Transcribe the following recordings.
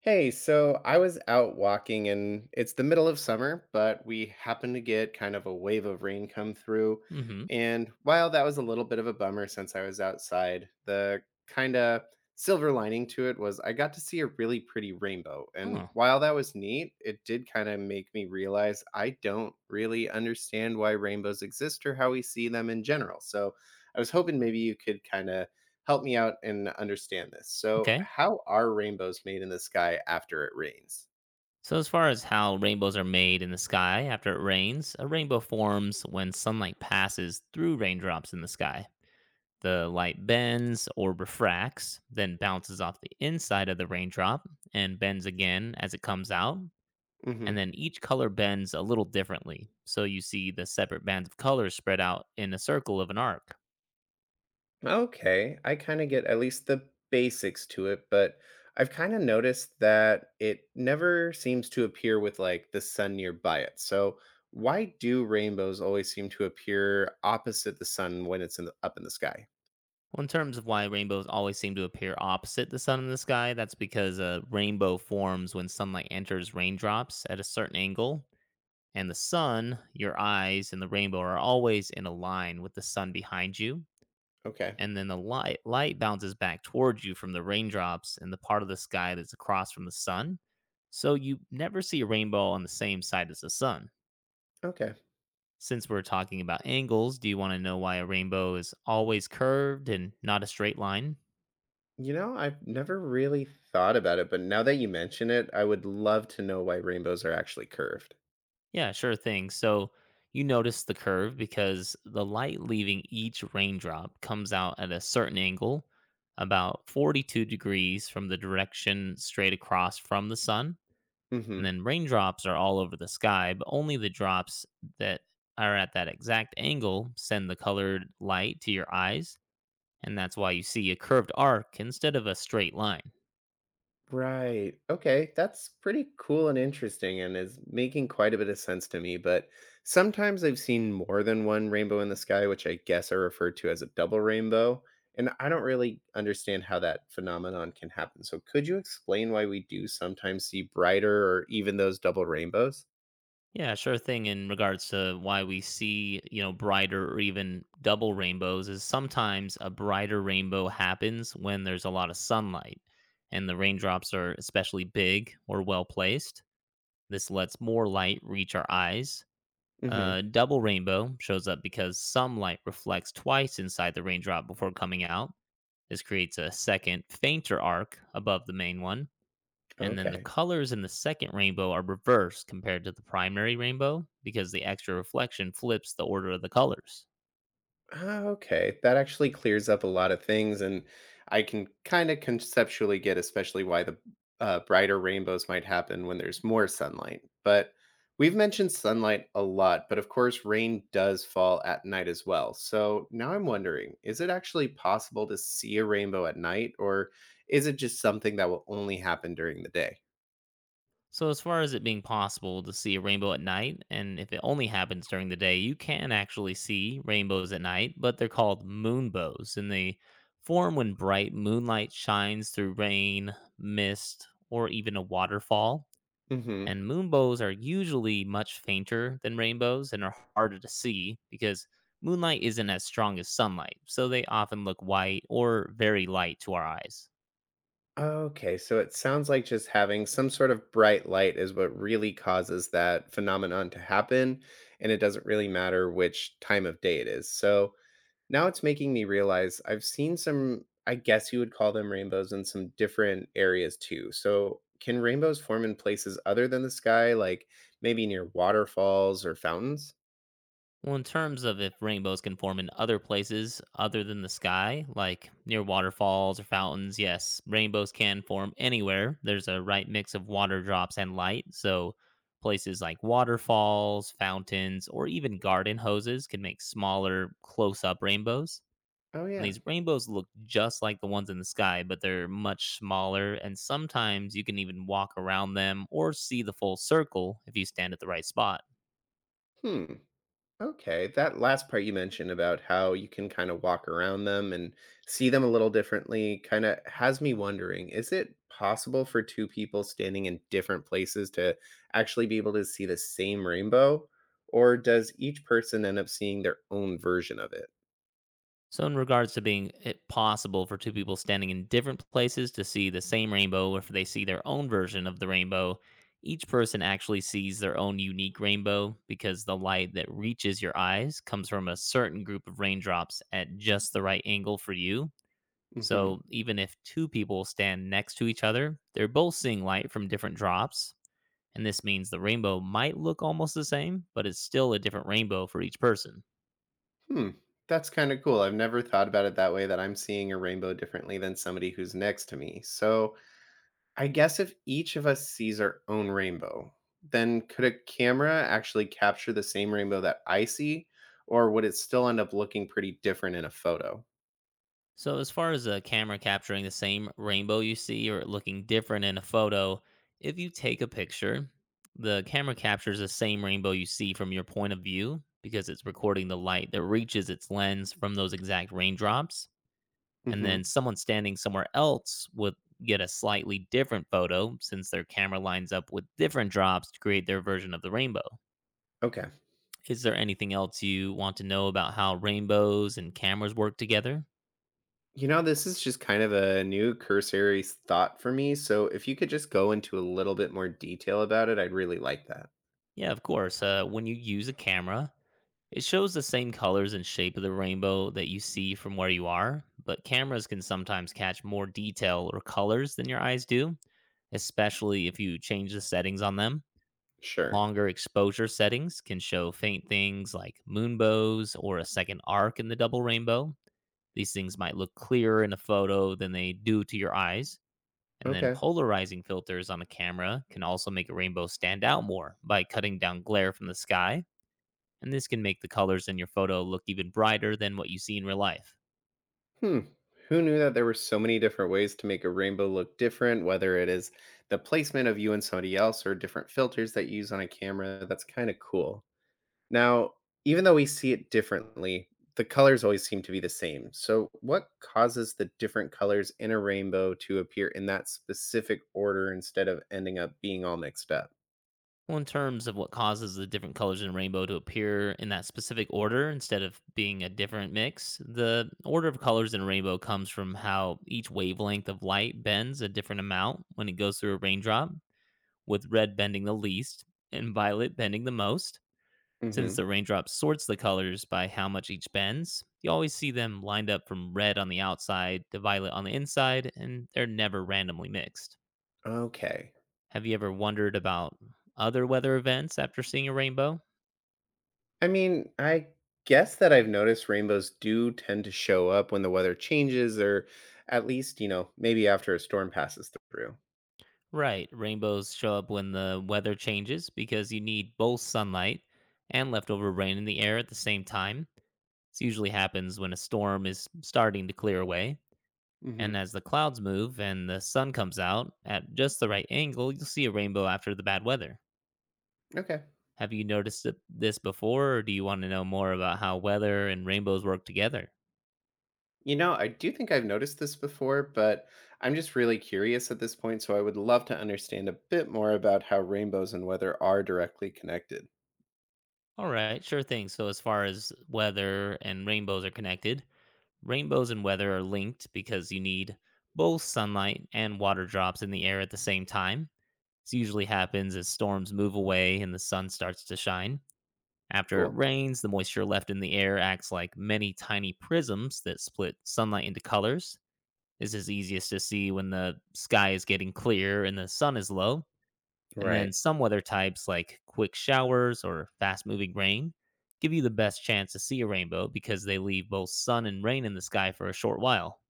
Hey, so I was out walking and it's the middle of summer, but we happened to get kind of a wave of rain come through. Mm-hmm. And while that was a little bit of a bummer since I was outside, the kind of silver lining to it was I got to see a really pretty rainbow. And Oh, while that was neat, it did kind of make me realize I don't really understand why rainbows exist or how we see them in general. So I was hoping maybe you could kind of help me out and understand this. So, okay. how are rainbows made in the sky after it rains? So, as far as how rainbows are made in the sky after it rains, a rainbow forms when sunlight passes through raindrops in the sky. The light bends or refracts, then bounces off the inside of the raindrop and bends again as it comes out. Hmm. And then each color bends a little differently. So, you see the separate bands of colors spread out in a circle of an arc. Okay, I kind of get at least the basics to it, but I've kind of noticed that it never seems to appear with like the sun nearby it. So why do rainbows always seem to appear opposite the sun when it's up in the sky? Well, in terms of why rainbows always seem to appear opposite the sun in the sky, that's because a rainbow forms when sunlight enters raindrops at a certain angle, and the sun, your eyes, and the rainbow are always in a line with the sun behind you. Okay. And then the light bounces back towards you from the raindrops and the part of the sky that's across from the sun. So you never see a rainbow on the same side as the sun. Okay. Since we're talking about angles, do you want to know why a rainbow is always curved and not a straight line? You know, I've never really thought about it, but now that you mention it, I would love to know why rainbows are actually curved. Yeah, sure thing. So you notice the curve because the light leaving each raindrop comes out at a certain angle, about 42 degrees from the direction straight across from the sun. And Mm-hmm. then raindrops are all over the sky, but only the drops that are at that exact angle send the colored light to your eyes. And that's why you see a curved arc instead of a straight line. Right. Okay. That's pretty cool and interesting and is making quite a bit of sense to me. But sometimes I've seen more than one rainbow in the sky, which I guess are referred to as a double rainbow. And I don't really understand how that phenomenon can happen. So could you explain why we do sometimes see brighter or even those double rainbows? Yeah, sure thing. In regards to why we see, you know, brighter or even double rainbows, is sometimes a brighter rainbow happens when there's a lot of sunlight and the raindrops are especially big or well placed. This lets more light reach our eyes. Hmm. A double rainbow shows up because some light reflects twice inside the raindrop before coming out. This creates a second, fainter arc above the main one. And then the Okay. colors in the second rainbow are reversed compared to the primary rainbow because the extra reflection flips the order of the colors. Ah, okay. That actually clears up a lot of things, and I can kind of conceptually get, especially why the brighter rainbows might happen when there's more sunlight. But we've mentioned sunlight a lot, but of course, rain does fall at night as well. So now I'm wondering is it actually possible to see a rainbow at night, or is it just something that will only happen during the day? So, as far as it being possible to see a rainbow at night, and if it only happens during the day, you can actually see rainbows at night, but they're called moonbows, and they form when bright moonlight shines through rain, mist, or even a waterfall. Mm-hmm. And moonbows are usually much fainter than rainbows and are harder to see because moonlight isn't as strong as sunlight, so they often look white or very light to our eyes. Okay, so it sounds like just having some sort of bright light is what really causes that phenomenon to happen, and it doesn't really matter which time of day it is. So now it's making me realize I've seen some, I guess you would call them rainbows in some different areas too. So can rainbows form in places other than the sky, like maybe near waterfalls or fountains? Well, in terms of if rainbows can form in other places other than the sky, like near waterfalls or fountains, yes, rainbows can form anywhere. There's a right mix of water drops and light, so places like waterfalls, fountains, or even garden hoses can make smaller, close up rainbows. Oh, And yeah. these rainbows look just like the ones in the sky, but they're much smaller. And sometimes you can even walk around them or see the full circle if you stand at the right spot. Hmm. Okay, that last part you mentioned about how you can kind of walk around them and see them a little differently kind of has me wondering, is it possible for two people standing in different places to actually be able to see the same rainbow? Or does each person end up seeing their own version of it? So, in regards to being it possible for two people standing in different places to see the same rainbow, or if they see their own version of the rainbow, each person actually sees their own unique rainbow because the light that reaches your eyes comes from a certain group of raindrops at just the right angle for you. Hmm. So even if two people stand next to each other, they're both seeing light from different drops. And this means the rainbow might look almost the same, but it's still a different rainbow for each person. Hmm. That's kind of cool. I've never thought about it that way that I'm seeing a rainbow differently than somebody who's next to me. So, I guess if each of us sees our own rainbow, then could a camera actually capture the same rainbow that I see, or would it still end up looking pretty different in a photo? So, as far as a camera capturing the same rainbow you see or it looking different in a photo, if you take a picture, the camera captures the same rainbow you see from your point of view because it's recording the light that reaches its lens from those exact raindrops. And then Hmm. someone standing somewhere else would get a slightly different photo, since their camera lines up with different drops to create their version of the rainbow. Okay. Is there anything else you want to know about how rainbows and cameras work together? You know, this is just kind of a new cursory thought for me. So if you could just go into a little bit more detail about it, I'd really like that. Yeah, of course. When you use a camera, it shows the same colors and shape of the rainbow that you see from where you are, but cameras can sometimes catch more detail or colors than your eyes do, especially if you change the settings on them. Sure. Longer exposure settings can show faint things like moonbows or a second arc in the double rainbow. These things might look clearer in a photo than they do to your eyes. And then Okay. polarizing filters on a camera can also make a rainbow stand out more by cutting down glare from the sky. And this can make the colors in your photo look even brighter than what you see in real life. Hmm. Who knew that there were so many different ways to make a rainbow look different, whether it is the placement of you and somebody else or different filters that you use on a camera? That's kind of cool. Now, even though we see it differently, the colors always seem to be the same. So, what causes the different colors in a rainbow to appear in that specific order instead of ending up being all mixed up? Well, in terms of what causes the different colors in a rainbow to appear in that specific order instead of being a different mix, the order of colors in a rainbow comes from how each wavelength of light bends a different amount when it goes through a raindrop, with red bending the least and violet bending the most. Since Hmm. the raindrop sorts the colors by how much each bends, you always see them lined up from red on the outside to violet on the inside, and they're never randomly mixed. Okay. Have you ever wondered about other weather events after seeing a rainbow? I mean, I guess that I've noticed rainbows do tend to show up when the weather changes, or at least, maybe after a storm passes through. Right. Rainbows show up when the weather changes because you need both sunlight and leftover rain in the air at the same time. This usually happens when a storm is starting to clear away. Hmm. And as the clouds move and the sun comes out at just the right angle, you'll see a rainbow after the bad weather. Okay. Have you noticed this before, or do you want to know more about how weather and rainbows work together? You know, I do think I've noticed this before, but I'm just really curious at this point, so I would love to understand a bit more about how rainbows and weather are directly connected. All right, sure thing. So, as far as weather and rainbows are connected, rainbows and weather are linked because you need both sunlight and water drops in the air at the same time. This usually happens as storms move away and the sun starts to shine. After it Cool. rains, the moisture left in the air acts like many tiny prisms that split sunlight into colors. This is easiest to see when the sky is getting clear and the sun is low. And Right. then some weather types, like quick showers or fast moving rain, give you the best chance to see a rainbow because they leave both sun and rain in the sky for a short while.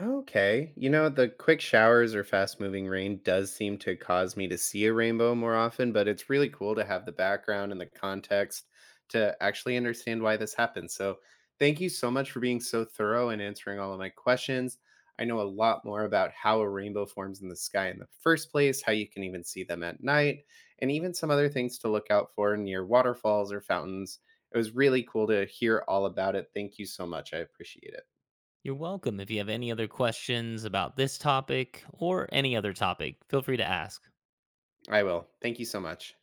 Okay. You know, the quick showers or fast moving rain does seem to cause me to see a rainbow more often, but it's really cool to have the background and the context to actually understand why this happens. So, thank you so much for being so thorough and answering all of my questions. I know a lot more about how a rainbow forms in the sky in the first place, how you can even see them at night, and even some other things to look out for near waterfalls or fountains. It was really cool to hear all about it. Thank you so much. I appreciate it. You're welcome. If you have any other questions about this topic or any other topic, feel free to ask. I will. Thank you so much.